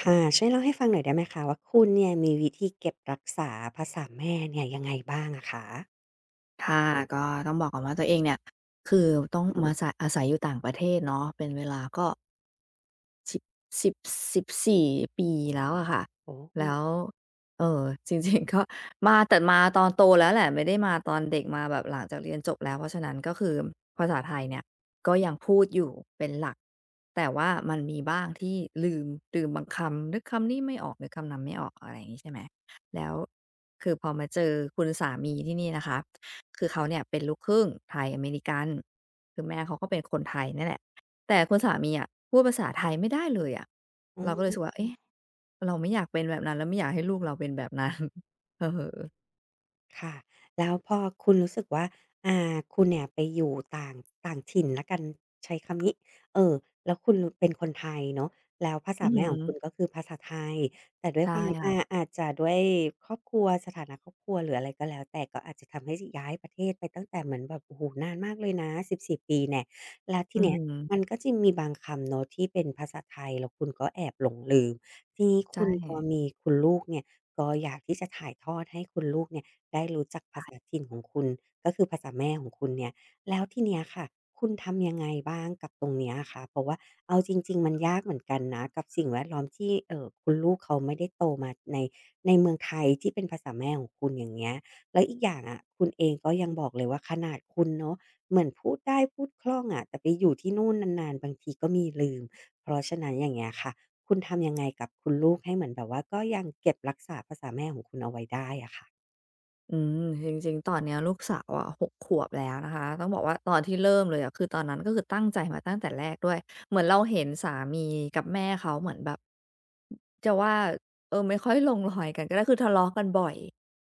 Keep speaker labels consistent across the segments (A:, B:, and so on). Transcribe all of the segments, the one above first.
A: ค่ะช่วยเล่าให้ฟังหน่อยได้ไหมคะว่าคุณเนี่ยมีวิธีเก็บรักษาภาษาแม่เนี่ยยังไงบ้างอะคะ
B: ค่ะก็ต้องบอกก่อนว่าตัวเองเนี่ยคือต้องมาสะอาศัยอยู่ต่างประเทศเนาะเป็นเวลาก็ สิบสิบส14ปีแล้วอะค่ะ
A: โอ
B: แล้ว
A: ้
B: จริงๆ ก็มามาตอนโตแล้วแหละไม่ได้มาตอนเด็กมาแบบหลังจากเรียนจบแล้วเพราะฉะนั้นก็คือภาษาไทยเนี่ยก็ยังพูดอยู่เป็นหลักแต่ว่ามันมีบ้างที่ลืมลืมบางคำนึกคำนี้ไม่ออกนึกคำนั้นไม่ออกอะไรอย่างงี้ใช่ไหมแล้วคือพอมาเจอคุณสามีที่นี่นะคะคือเขาเนี่ยเป็นลูกครึ่งไทยอเมริกันคือแม่เขาก็เป็นคนไทยเนี่ยแหละ แต่คุณสามีอะพูดภาษาไทยไม่ได้เลยอะ
A: อื
B: เราก็เลยรู้
A: อ
B: สึกว่าเอ๊ะเราไม่อยากเป็นแบบนั้นแล้วไม่อยากให้ลูกเราเป็นแบบนั้น เผอ
A: ค่ะแล้วพอคุณรู้สึกว่าคุณเนี่ยไปอยู่ต่างต่างถิ่นแล้วกันใช้คำนี้เอ่อแล้วคุณเป็นคนไทยเนาะแล้วภา
B: อื
A: ษา
B: อฮึ
A: แม่ของคุณก็คือภาษาไทยแต่ด้วย
B: ใช่
A: ความ
B: ค่ะ
A: อาจจะด้วยครอบครัวสถานะครอบครัวหรืออะไรก็แล้วแต่ก็อาจจะทำให้ย้ายประเทศไปตั้งแต่เหมือนแบบโอ้โฮนานมากเลยนะ14ปีแน่แล้วที
B: อือ
A: เนี้ย
B: ฮึ
A: มันก็จะมีบางคำเนาะที่เป็นภาษาไทยแล้วคุณก็แอบหลงลืมทีนี้คุ
B: ใช่
A: ณพอมีคุณลูกเนี่ยก็อยากที่จะถ่ายทอดให้คุณลูกเนี่ย ได้รู้จักภาษาถิ่นของคุณก็คือภาษาแม่ของคุณเนี่ยแล้วทีเนี้ยค่ะคุณทำยังไงบ้างกับตรงเนี้ยคะเพราะว่าเอาจริงๆมันยากเหมือนกันนะกับสิ่งแวดล้อมที่คุณลูกเขาไม่ได้โตมาในเมืองไทยที่เป็นภาษาแม่ของคุณอย่างเงี้ยแล้วอีกอย่างอะคุณเองก็ยังบอกเลยว่าขนาดคุณเนาะเหมือนพูดได้พูดคล่องอะแต่ไปอยู่ที่นู่นนานๆบางทีก็มีลืมเพราะฉะนั้นอย่างเงี้ยค่ะคุณทำยังไงกับคุณลูกให้เหมือนแบบว่าก็ยังเก็บรักษาภาษาแม่ของคุณเอาไว้ได้อะค่ะ
B: อืมจริงๆตอนเนี้ยลูกสาวอะหกขวบแล้วนะคะต้องบอกว่าตอนที่เริ่มเลยอะคือตอนนั้นก็คือตั้งใจมาตั้งแต่แรกด้วยเหมือนเราเห็นสามีกับแม่เขาเหมือนแบบจะว่าเออไม่ค่อยลงรอยกันก็ได้คือทะเลาะกันบ่อย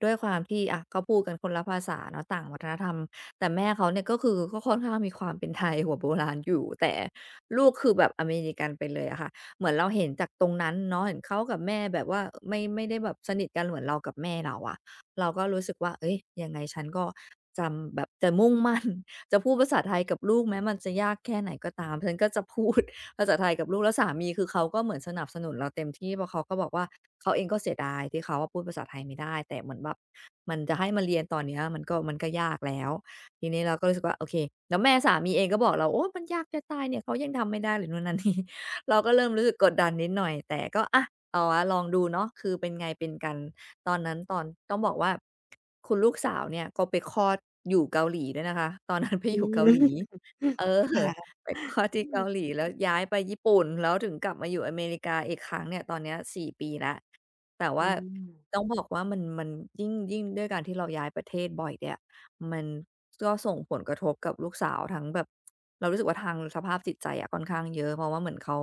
B: ด้วยความที่อะก็พูดกันคนละภาษาเนาะต่างวัฒนธรรมแต่แม่เขาเนี่ยก็คือก็ค่อนข้างมีความเป็นไทยหัวโบราณอยู่แต่ลูกคือแบบอเมริกันไปเลยอะค่ะเหมือนเราเห็นจากตรงนั้นเนาะเห็นเขากับแม่แบบว่าไม่ได้แบบสนิทกันเหมือนเรากับแม่เราอะ เราก็รู้สึกว่า เอ้ยยังไงฉันก็จำแบบจะมุ่งมั่น จะพูดภาษาไทยกับลูกแม้มันจะยากแค่ไหนก็ตาม ฉันก็จะพูด ภาษาไทยกับลูกแล้วสามีคือเขาก็เหมือนสนับสนุนเราเต็มที่เพราะเขาก็บอกว่าเขาเองก็เสียดายที่เขาอะพูดภาษาไทยไม่ได้แต่เหมือนแบบมันจะให้มาเรียนตอนเนี้ยมันก็ยากแล้วทีนี้เราก็รู้สึกว่าโอเคแล้วแม่สามีเองก็บอกเราโอ้มันยากจะตายเนี่ยเขายังทำไม่ได้เลยนู่นนั่นนี่ เราก็เริ่มรู้สึกกดดันนิดหน่อยแต่ก็อะเอาวะลองดูเนาะคือเป็นไงเป็นกัน ตอนนั้นตอนต้องบอกว่าคุณลูกสาวเนี่ยก็ไปคลอดอยู่เกาหลีด้วยนะคะ ตอนนั้นไป
A: อื
B: อยู่เกา
A: ม
B: หลีเอ อ
A: ค่ะ
B: ไปคลอดที่เกาหลีแล้วย้ายไปญี่ปุ่นแล้วถึงกลับมาอยู่อเมริกาอีกครั้งเนี่ยตอนเนี้ยสี่ปีแล้วแต่
A: อ๋อ
B: ว่าต้องบอกว่ามันยิ่งด้วยการที่เราย้ายประเทศบ่อยเนี่ยมันก็ส่งผลกระทบกับลูกสาวทั้งแบบเรารู้สึกว่าทางสภาพจิตใจอะค่อนข้างเยอะเพราะว่าเหมือนเขา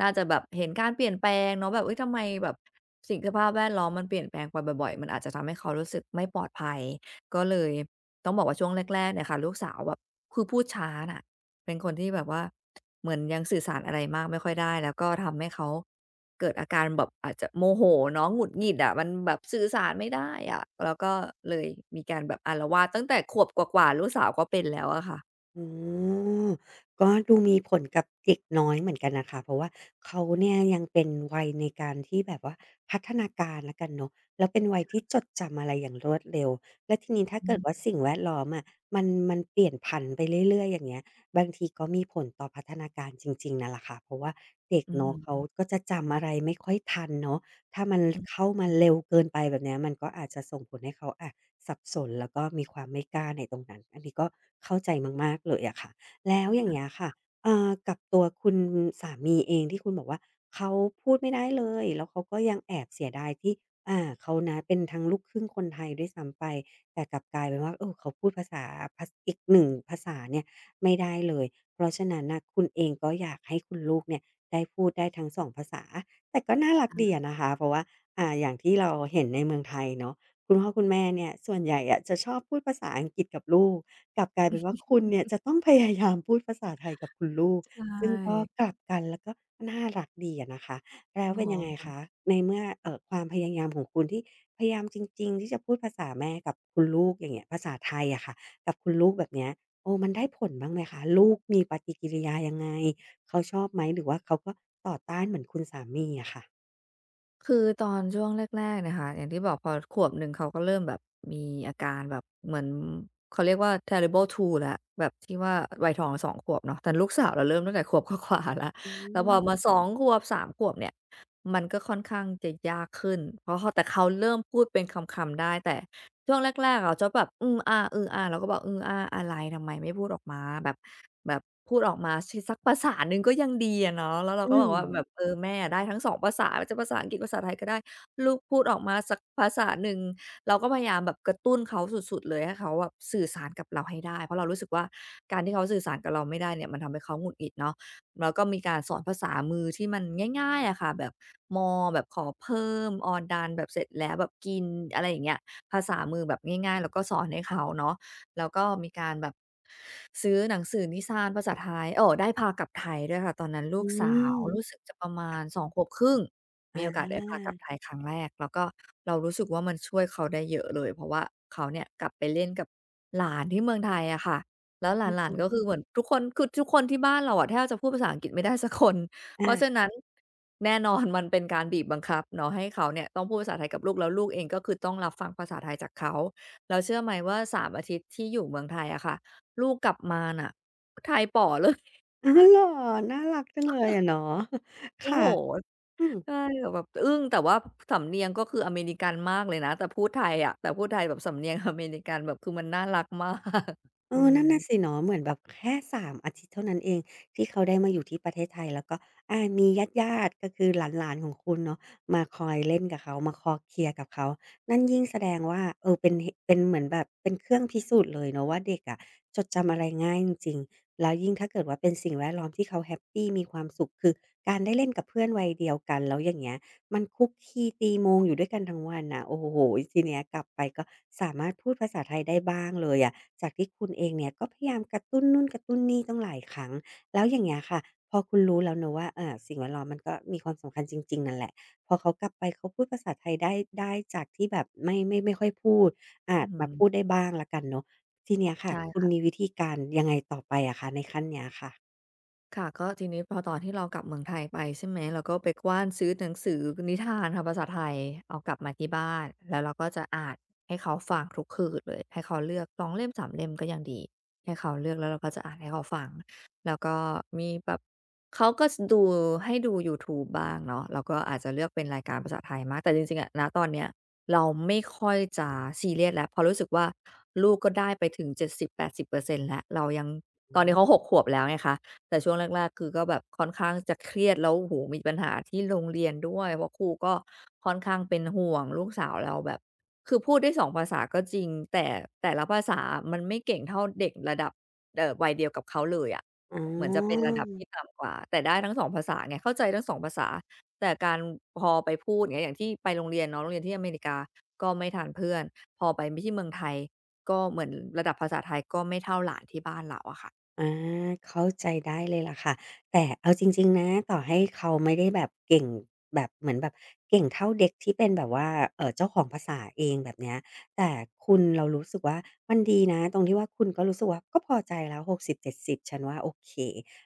B: น่าจะแบบเห็นการเปลี่ยนแปลงเนาะแบบเอุ๊ยทำไมแบบสภาพแวดล้อมมันเปลี่ยนแปลงไปบ่อยๆมันอาจจะทำให้เขารู้สึกไม่ปลอดภัยก็เลยต้องบอกว่าช่วงแรกๆเนี่ยค่ะลูกสาวแบบคือพูดช้าน่ะเป็นคนที่แบบว่าเหมือนยังสื่อสารอะไรมากไม่ค่อยได้แล้วก็ทำให้เขาเกิดอาการแบบอาจจะโมโหเนาะหงุดหงิดอะมันแบบสื่อสารไม่ได้อะแล้วก็เลยมีการแบบอาลวาดตั้งแต่ขวบกว่าๆลูกสาวก็เป็นแล้วอะค่ะ
A: โอ้ก็ดูมีผลกับเด็กน้อยเหมือนกันน่ะค่ะเพราะว่าเขาเนี่ยยังเป็นวัยในการที่แบบว่าพัฒนาการแล้วกันเนาะแล้วเป็นวัยที่จดจำอะไรอย่างรวดเร็วแล้วทีนี้ถ้า
B: อื
A: เกิด
B: ม
A: ว่าสิ่งแวดล้อมอะมันเปลี่ยนผันไปเรื่อยๆอย่างเงี้ยบางทีก็มีผลต่อพัฒนาการจริงๆนั่นแหละค่ะเพราะว่าเด็ก
B: อื
A: เนาะเขา
B: ม
A: ก็จะจำอะไรไม่ค่อยทันเนาะถ้ามัน
B: อืม
A: เข้ามา
B: อืม
A: เร็วเกินไปแบบเนี้ยมันก็อาจจะส่งผลให้เขาอะ สับสนแล้วก็มีความไม่กล้าในตรงนั้นอันนี้ก็เข้าใจมากๆเลยอะค่ะแล้วอย่างเงี้ยค่ะกับตัวคุณสามีเองที่คุณบอกว่าเขาพูดไม่ได้เลยแล้วเขาก็ยังแอบเสียดายที่เขานะเป็นทั้งลูกครึ่งคนไทยด้วยซ้ำไปแต่กลับกลายเป็นว่าเออเขาพูดภาษาอีกหนึ่งภาษาเนี่ยไม่ได้เลยเพราะฉะนั้นน่ะคุณเองก็อยากให้คุณลูกเนี่ยได้พูดได้ทั้งสองภาษาแต่ก็น่ารักดีอะนะคะเพราะว่าอย่างที่เราเห็นในเมืองไทยเนาะ คุณพ่อคุณแม่เนี่ยส่วนใหญ่อะจะชอบพูดภาษาอังกฤษกับลูกกลับกลายเป็นว่าคุณเนี่ยจะต้องพยายามพูดภาษาไทยกับคุณลูก
B: ใช
A: ซึ่งก็
B: ่
A: กลับกันแล้วก็น่ารักดีอะนะคะแล้ว
B: เนา
A: เป็นยังไง
B: ะ
A: คะในเมื่อความพยายามของคุณที่พยายามจริงๆที่จะพูดภาษาแม่กับคุณลูกอย่างเงี้ยภาษาไทยอะค่ะกับคุณลูกแบบเนี้ยเออมันได้ผลบ้างไหมคะลูกมีปฏิกิริยายังไงเขาชอบไหมหรือว่าเขาก็ต่อต้านเหมือนคุณสามีอะค่ะ
B: คือตอนช่วงแรกๆนะคะอย่างที่บอกพอขวบหนึ่งเขาก็เริ่มแบบมีอาการแบบเหมือนเขาเรียกว่า terrible t two แล้วแบบที่ว่าวัยทองสองขวบเนาะแต่ลูกสาวเราเริ่มตั้งแต่ขวบกว่าๆแล้ว
A: อื
B: แล้วพอมา
A: ม
B: สองขวบสามขวบเนี่ยมันก็ค่อนข้างจะยากขึ้นเพราะเขาแต่เขาเริ่มพูดเป็นคำๆได้แต่ ช่วงแรกๆอะจะแบบอืออาเราก็บอกอืออาอะไรทำไมไม่พูดออกมาแบบพูดออกมาชสักภาษาหนึ่งก็ยังดีอะเนาะแล้วเรา
A: อื
B: ก็บอ
A: ม
B: กว่าแบบเออแม่อะได้ทั้ง2ภาษาจะภาษาอังกฤษภาษาไทยก็ได้ลูกพูดออกมาสักภาษาหนึ่งเราก็พยายามแบบกระตุ้นเขาสุดๆเลยให้เขาแบบสื่อสารกับเราให้ได้เพราะเรารู้สึกว่าการที่เขาสื่อสารกับเราไม่ได้เนี่ยมันทำให้เขาหงุดหงิดเนาะแล้วก็มีการสอนภาษามือที่มันง่ายๆอะค่ะมแบบขอเพิ่มอดันแบบเสร็จแล้วแบบกินอะไรอย่างเงี้ย ภาษามือแบบง่ายๆแล้วก็สอนให้เขาเนาะแล้วก็มีการแบบซื้อหนังสือนิทานภาษาไทยโอ้ได้พากลับไทยด้วยค่ะตอนนั้นลู
A: อื
B: กสาว
A: ม
B: รู้สึกจะประมาณสองขวบครึ่งมี
A: อา
B: โอกาสได้พากลับไทยครั้งแรกแล้วก็เรารู้สึกว่ามันช่วยเขาได้เยอะเลยเพราะว่าเขาเนี่ยกลับไปเล่นกับหลานที่เมืองไทยอะค่ะแล้วหลานๆก็คือเหมือนทุกคนคือทุกคนที่บ้านเราอะแทบจะพูดภาษาอังกฤษไม่ได้สักคน เพราะฉะ นั้นแน่นอน มันเป็นการบีบบังคับเนาะให้เขาเนี่ยต้องพูดภาษาไทยกับลูกแล้วลูกเองก็คือต้องรับฟังภาษาไทยจากเขาแล้วเชื่อไหมว่าสามอาทิตย์ที่อยู่เมืองไทยอะค่ะลูกกลับมาน่ะไทยป๋อเลย
A: อาอ๋อเหรอน่ารักจังเลยอะเนาะ
B: โอ้
A: ค่ะ
B: โฮ
A: อืม
B: ใช่แบบอึ้งแต่ว่าสำเนียงก็คืออเมริกันมากเลยนะแต่พูดไทยอะแต่พูดไทยแบบสำเนียง อเมริกันแบบคือมันน่ารักมาก
A: เอ
B: อื
A: อนั่นน่ะ
B: ม
A: สิเนาะเหมือนแบบแค่สามอาทิตย์เท่านั้นเองที่เขาได้มาอยู่ที่ประเทศไทยแล้วก็มีญาติๆก็คือหลานๆของคุณเนาะมาคอยเล่นกับเขามาคอเคลียร์กับเขานั่นยิ่งแสดงว่าเออเป็นเป็นเหมือนแบบเป็นเครื่องพิสูจน์เลยเนาะว่าเด็กอะจดจำอะไรง่ายจริงๆแล้วยิ่งถ้าเกิดว่าเป็นสิ่งแวดล้อมที่เขาแฮปปีมีความสุขคือการได้เล่นกับเพื่อนวัยเดียวกันแล้วอย่างเงี้ยมันคลุกคลีตีโมงอยู่ด้วยกันทั้งวันน่ะโอ้โฮทีเนี้ยกลับไปก็สามารถพูดภาษาไทยได้บ้างเลยอะ จากที่คุณเองเนี่ยก็พยายามกระตุ้นนู่นกระตุ้นนี่ต้องหลายครั้งแล้วอย่างเงี้ยค่ะพอคุณรู้แล้วเนอะว่าเออสิ่งแวดล้อมมันก็มีความสำคัญจริงๆนั่นแหละพอเขากลับไปเขาพูดภาษาไทยได้ได้จากที่แบบไม่ค่อยพูดอา
B: อื
A: จ
B: อฮึ
A: มาพูดได้บ้างแล้วกันเนอะทีเนี้ยค่ะคุณ
B: ใช่
A: มีวิธีการยังไงต่อไปอะคะในขั้นเนี้ยค่ะ
B: ค่ะก็ทีนี้พอตอนที่เรากลับเมืองไทยไปใช่ไหมเราก็ไปกว้านซื้อหนังสือนิทานค่ะภาษาไทยเอากลับมาที่บ้านแล้วเราก็จะอ่านให้เขาฟังทุกคืนเลยให้เขาเลือก2เล่มสามเล่มก็ยังดีให้เขาเลือกแล้วเราก็จะอ่านให้เขาฟังแล้วก็มีแบบเขาก็ดูให้ดูยูทูบบ้างเนาะเราก็อาจจะเลือกเป็นรายการภาษาไทยมากแต่จริงๆอะนะตอนเนี้ยเราไม่ค่อยจะซีเรียสแล้วเพอราะรู้สึกว่าลูกก็ได้ไปถึง70 80%แล้วเรายัง
A: อื
B: ตอนนี้
A: ม
B: เขาหกขวบแล้วไงคะ แต่ช่วงแรกๆคือก็แบบค่อนข้างจะเครียดแล้วโอ้โฮมีปัญหาที่โรงเรียนด้วยเพราะครูก็ค่อนข้างเป็นห่วงลูกสาวเราแบบคือพูดได้2ภาษาก็จริงแต่แต่ละภาษามันไม่เก่งเท่าเด็กระดับวัยเดียวกับเขาเลยอะ
A: อ๋อ
B: เหมือนจะเป็นระดับที่ต่ำกว่าแต่ได้ทั้ง2ภาษาไงเข้าใจทั้ง2ภาษาแต่การพอไปพูดอย่างเงี้ยอย่างที่ไปโรงเรียนเนาะโรงเรียนที่อเมริกาก็ไม่ทันเพื่อนพอไปมที่เมืองไทยก็เหมือนระดับภาษาไทยก็ไม่เท่าหลานที่บ้านเราอะค่ะ
A: อาเข้าใจได้เลยล่ะค่ะแต่เอาจริงๆนะต่อให้เขาไม่ได้แบบเก่งแบบเหมือนแบบเก่งเท่าเด็กที่เป็นแบบว่าเจ้าของภาษาเองแบบเนี้ยแต่คุณเรารู้สึกว่ามันดีนะตรงที่ว่าคุณก็รู้สึกว่าก็พอใจแล้ว60-70ฉันว่าโอเค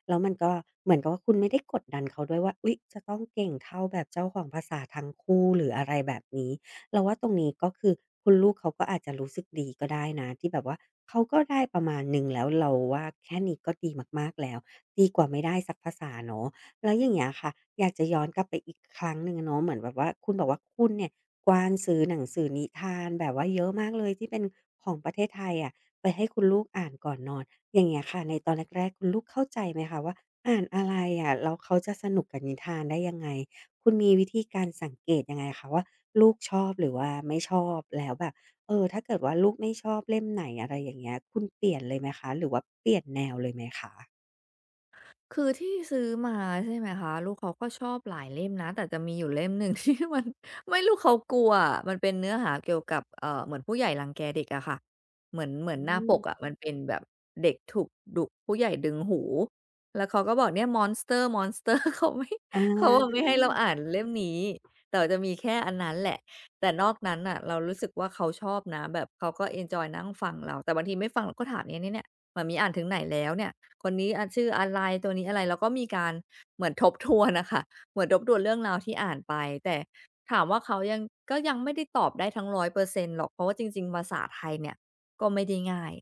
A: แล้วมันก็เหมือนกับว่าคุณไม่ได้กดดันเขาด้วยว่าอุ๊ยจะต้องเก่งเท่าแบบเจ้าของภาษาทั้งคู่หรืออะไรแบบนี้ เราว่าตรงนี้ก็คือคุณลูกเขาก็อาจจะรู้สึกดีก็ได้นะที่แบบว่าเขาก็ได้ประมาณหนึ่งแล้วเราว่าแค่นี้ก็ดีมากๆแล้วดีกว่าไม่ได้สักภาษาเนาะแล้วอย่างเงี้ยค่ะอยากจะย้อนกลับไปอีกครั้งหนึ่งเนาะเหมือนแบบว่าคุณบอกว่าคุณเนี่ยกว้านซื้อหนังสือนิทานแบบว่าเยอะมากเลยที่เป็นของประเทศไทยอะไปให้คุณลูกอ่านก่อนนอนอย่างเงี้ยค่ะในตอนแรกๆคุณลูกเข้าใจไหมคะว่าอ่านอะไรอะแล้วเขาจะสนุกกับนิทานได้ยังไงคุณมีวิธีการสังเกตยังไงคะว่า ลูกชอบหรือว่าไม่ชอบแล้วแบบเออถ้าเกิดว่าลูกไม่ชอบเล่มไหนอะไรอย่างเงี้ยคุณเปลี่ยนเลยไหมคะหรือว่าเปลี่ยนแนวเลยไหมคะ
B: คือที่ซื้อมาใช่ไหมคะลูกเขาก็ชอบหลายเล่มนะแต่จะมีอยู่เล่มหนึ่ง ที่มันไม่รู้เขากลัวอะมันเป็นเนื้อหาเกี่ยวกับเหมือนผู้ใหญ่รังแกเด็กอะค่ะเหมือนเหมือนหน้า
A: อื
B: ปกอะ
A: ม
B: มันเป็นแบบเด็กถูกดุผู้ใหญ่ดึงหูแล้วเขาก็บอกเนี่ยมอนส เตอร์ม r นสเ s อร์ เขาไม่
A: อ
B: เขาอะไม่
A: า
B: ให้เราอ่านเล่มนี้แต่ว่าจะมีแค่อันนั้นแหละแต่นอกนั้นอะเรารู้สึกว่าเขาชอบนะแบบเขาก็เอนจอยนั่งฟังเราแต่บางทีไม่ฟังเราก็ถามเนี่ยเนี่ยเนี่ยมันมีอ่านถึงไหนแล้วเนี่ย คนนี้อะชื่ออะไรตัวนี้อะไรแล้วก็มีการเหมือนทบทวนนะคะเหมือนทบทวนเรื่องราวที่อ่านไปแต่ถามว่าเขายังก็ยังไม่ได้ตอบได้ทั้ง100%หรอกเพราะว่าจริงๆภาษาไทยเนี่ยก็ไม่ได้ง่าย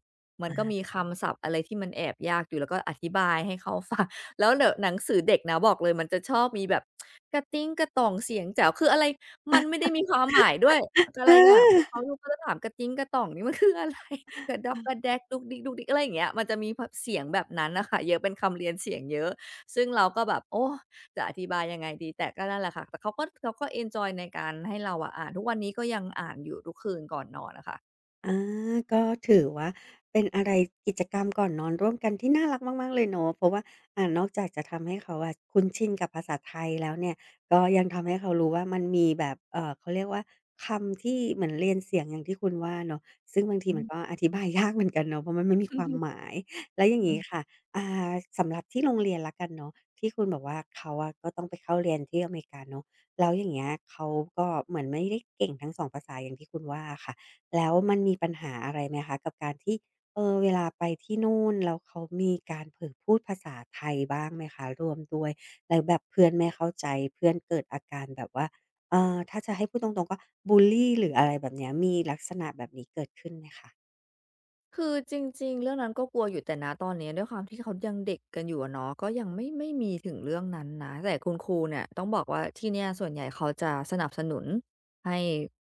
B: มันก็มีคำศัพท์อะไรที่มันแอบยากอยู่แล้วก็อธิบายให้เขาฟัง แล้วเดี๋ยวหนังสือเด็กนะบอกเลยมันจะชอบมีแบบกระติ้งกระต่องเสียงแจ๋วคืออะไรมันไม่ได้มีความหมายด้วยอะไร
A: อ
B: อะเขา
A: า
B: ลูกก็จะถามกระติ้งกระต่องนี่มันคืออะไร กระดอกกระแดกดุกดิ๊กดุกดิ๊กอะไรอย่างเงี้ยมันจะมีพเสียงแบบนั้นน่ะค่ะเยอะเป็นคำเรียนเสียงเยอะซึ่งเราก็แบบโอ้จะอธิบายยังไงดีแต่ก็นั่นแหละค่ะแต่เขาก็เขาก็เอนจอยในการให้เราอะอ่านทุกวันนี้ก็ยังอ่านอยู่ทุกคืนก่อนนอนอะค่ะ
A: อาก็ถือว่าเป็นอะไรกิจกรรมก่อนนอนร่วมกันที่น่ารักมากๆเลยเนาะเพราะว่าอ่านอกจากจะทำให้เขาอะคุ้นชินกับภาษาไทยแล้วเนี่ยก็ยังทำให้เขารู้ว่ามันมีแบบเขาเรียกว่าคำที่เหมือนเรียนเสียงอย่างที่คุณว่าเนาะซึ่งบางที
B: อื
A: มั
B: ม
A: นก็อธิ
B: อื
A: บายยากเหมือนกันเนาะเพราะมันไม่มีความห
B: อ
A: มายแล้วอย่าง
B: ฮึ
A: งี้ค่ะอ่าสำหรับที่โรงเรียนแล้วกันเนาะที่คุณบอกว่าเขาอะก็ต้องไปเข้าเรียนที่อเมริกาเนาะแล้วอย่างเงี้ยเขาก็เหมือนไม่ได้เก่งทั้งสองภาษาอย่างที่คุณว่าอะค่ะ แล้วมันมีปัญหาอะไรไหมคะกับการที่เออเวลาไปที่นู่นแล้วเขามีการเผลอพูดภาษาไทยบ้างไหมคะร่วมด้วยแล้วแบบเพื่อนไม่เข้าใจเพื่อนเกิดอาการแบบว่าถ้าจะให้พูดตรงๆก็บุลลีหรืออะไรแบบเนี้ยมีลักษณะแบบนี้เกิดขึ้นไหมคะ
B: คือจริงๆเรื่องนั้นก็กลัวอยู่แต่นะตอนนี้ด้วยความที่เขายังเด็กกันอยู่อะเนาะก็ยังไม่มีถึงเรื่องนั้นนะแต่คุณครูเนี่ยต้องบอกว่าที่เนี่ยส่วนใหญ่เขาจะสนับสนุนให้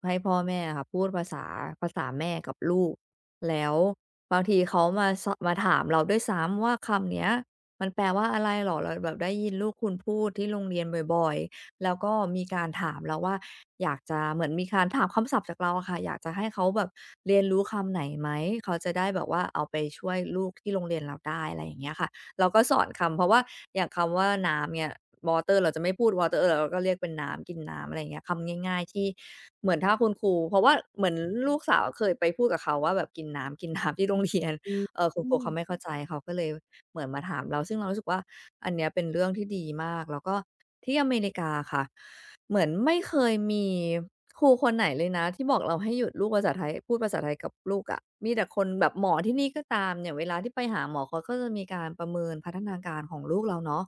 B: พ่อแม่อะค่ะพูดภาษาแม่กับลูกแล้วบางทีเขามามาถามเราด้วยซ้ำว่าคำเนี้ยมันแปลว่าอะไรเหรอเราแบบได้ยินลูกคุณพูดที่โรงเรียนบ่อยๆ แล้วก็มีการถามเราว่าอยากจะเหมือนมีการถามคำศัพท์จากเราอะค่ะอยากจะให้เขาแบบเรียนรู้คำไหนไหมเขาจะได้แบบว่าเอาไปช่วยลูกที่โรงเรียนเราได้อะไรอย่างเงี้ยค่ะเราก็สอนคำเพราะว่าอย่างคำว่าน้ำเนี่ย water เราจะไม่พูด water เราก็เรียกเป็นน้ำกินน้ำอะไรอย่างเงี้ยคำง่ายๆที่เหมือนถ้าคุณครูเพราะว่าเหมือนลูกสาวเคยไปพูดกับเขาว่าแบบกินน้ำกินน้ำที่โรงเรียน
A: อืม
B: คุณ
A: อื
B: ครู
A: ม
B: เขาไม่เข้าใจเขาก็เลย เหมือนมาถามเราซึ่งเรารู้สึกว่าอันเนี้ยเป็นเรื่องที่ดีมากแล้วก็ที่อเมริกาค่ะเหมือนไม่เคยมีครูคนไหนเลยนะที่บอกเราให้หยุดลูกภาษาไทยพูดภาษาไทยกับลูกอะมีแต่คนแบบหมอที่นี่ก็ตามอย่างเวลาที่ไปหาหมอเขาก็จะมีการประเมินพัฒนาการของลูกเราเนาะ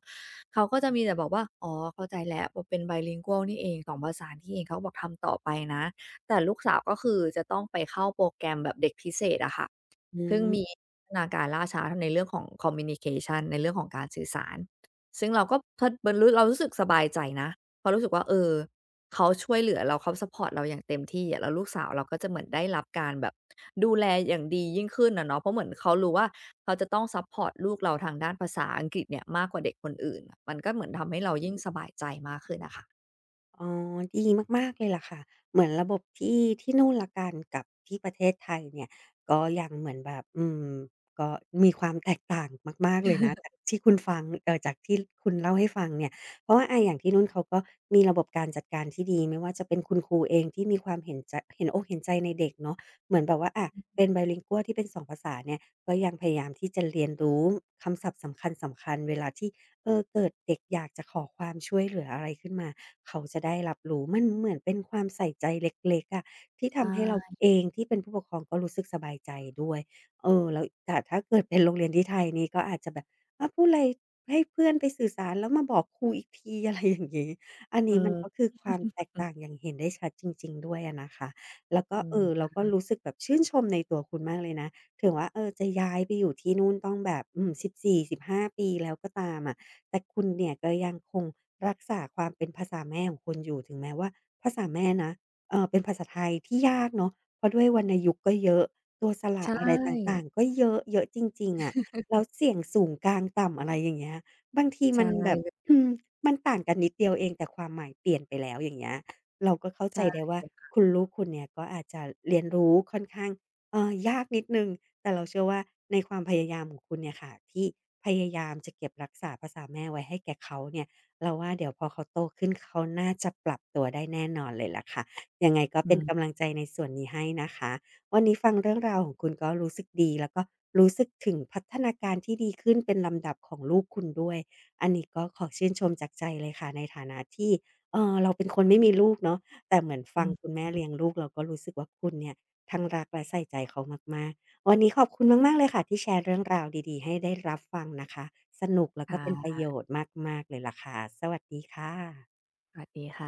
B: เขาก็จะมีแต่บอกว่าอ๋อเข้าใจแล้วพอเป็น bilingual นี่เองสองภาษานี่เองเขาก็บอกทำต่อไปนะแต่ลูกสาวก็คือจะต้องไปเข้าโปรแกรมแบบเด็กพิเศษอะค่ะ
A: อื
B: ซึ่งมี
A: ม
B: พัฒนาการล่าช้าในเรื่องของ communication ในเรื่องของการสื่อสารซึ่งเราก็พบรรลุเรารู้สึกสบายใจนะเพราะรู้สึกว่าเออเขาช่วยเหลือเราเขาซัปพอร์ตเราอย่างเต็มที่อะแล้วลูกสาวเราก็จะเหมือนได้รับการแบบดูแลอย่างดียิ่งขึ้นอะเนาะเพราะเหมือนเขารู้ว่าเขาจะต้องซัปพอร์ตลูกเราทางด้านภาษาอังกฤษเนี่ยมากกว่าเด็กคนอื่นมันก็เหมือนทำให้เรายิ่งสบายใจมากขึ้นอะค่ะ
A: อ๋อดีมากๆเลยล่ะค่ะเหมือนระบบที่ที่นู่นละกันกับที่ประเทศไทยเนี่ยก็ยังเหมือนแบบอืมก็มีความแตกต่างมากๆเลยนะจากที่คุณฟังจากที่คุณเล่าให้ฟังเนี่ยเพราะว่าอาอย่างที่นู่นเขาก็มีระบบการจัดการที่ดีไม่ว่าจะเป็นคุณครูเองที่มีความเห็นจะเห็นอกเห็นใจในเด็กเนาะเหมือนแบบว่าอะเป็น bilingual ที่เป็นสองภาษาเนี่ยก็ยังพยายามที่จะเรียนรู้คำศัพท์สำคัญๆเวลาที่เออเกิดเด็กอยากจะขอความช่วยเหลืออะไรขึ้นมา เขาจะได้รับรู้มันเหมือนเป็นความใส่ใจเล็กๆอะที่
B: ใช
A: ทำให้เรา
B: ่
A: เองที่เป็นผู้ปกครองก็รู้สึกสบายใจด้วยเออแล้วแต่ถ้าเกิดเป็นโรงเรียนที่ไทยนี่ก็อาจจะแบบอาพูดอะไรให้เพื่อนไปสื่อสารแล้วมาบอกครูอีกที อะไรอย่างงี้อัน
B: อื
A: นี้มันก็
B: ม
A: คือความแตกต่างอย่างเห็นได้ชัดจริงๆ ด้วยอะนะคะแล้วก็
B: อื
A: เออเรา
B: ม
A: ก็รู้สึกแบบชื่นชมในตัวคุณมากเลยนะถึงว่าเออจะย้ายไปอยู่ที่นู่นต้องแบบอืม14-15 ปีแล้วก็ตามอะ แต่คุณเนี่ยก็ยังคงรักษาความเป็นภาษาแม่ของคุณอยู่ถึงแม้ว่าภาษาแม่นะเป็นภาษาไทยที่ยากเนาะเพราะด้วยวรรณยุกต์ก็เยอะตัวส
B: ใช
A: ระอะไรต่า
B: ่
A: งๆก็เยอะเยอะจริงๆอะแล้วเสียงสูงกลางต่ำอะไรอย่างเงี้ยบางที
B: ใช่
A: มัน
B: เ
A: แบบ
B: ลย
A: อืมมันต่างกันนิดเดียวเองแต่ความหมายเปลี่ยนไปแล้วอย่างเงี้ยเราก็เข้าใจ
B: ใช่
A: ได้
B: เล
A: ว่า
B: ยค่ะ
A: คุณลูกคุณเนี่ยก็อาจจะเรียนรู้ค่อนข้างยากนิดหนึ่ง แต่เราเชื่อว่าในความพยายามของคุณเนี่ยค่ะที่พยายามจะเก็บรักษาภาษาแม่ไว้ให้แก่เขาเนี่ยเราว่าเดี๋ยวพอเขาโตขึ้นเขาน่าจะปรับตัวได้แน่นอนเลยล่ะค่ะยังไงก็เป็
B: อื
A: น
B: ม
A: กำลังใจในส่วนนี้ให้นะคะวันนี้ฟังเรื่องราวของคุณก็รู้สึกดีแล้วก็รู้สึกถึงพัฒนาการที่ดีขึ้นเป็นลำดับของลูกคุณด้วยอันนี้ก็ขอชื่นชมจากใจเลยค่ะในฐานะที่เออเราเป็นคนไม่มีลูกเนาะแต่เหมือน
B: อื
A: ฟัง
B: อ
A: คุณแม่เลี้ย
B: ฮึ
A: งลูกเราก็รู้สึกว่าคุณเนี่ยทั้งรักและใส่ใจเขามากๆ วันนี้ขอบคุณมากๆเลยค่ะที่แชร์เรื่องราวดีๆให้ได้รับฟังนะคะสนุกแล้วก็เป็นประ
B: ค่ะ
A: โยชน์มากๆเลยล่ะค่ะสวัสดีค่ะ
B: สวัสดีค่ะ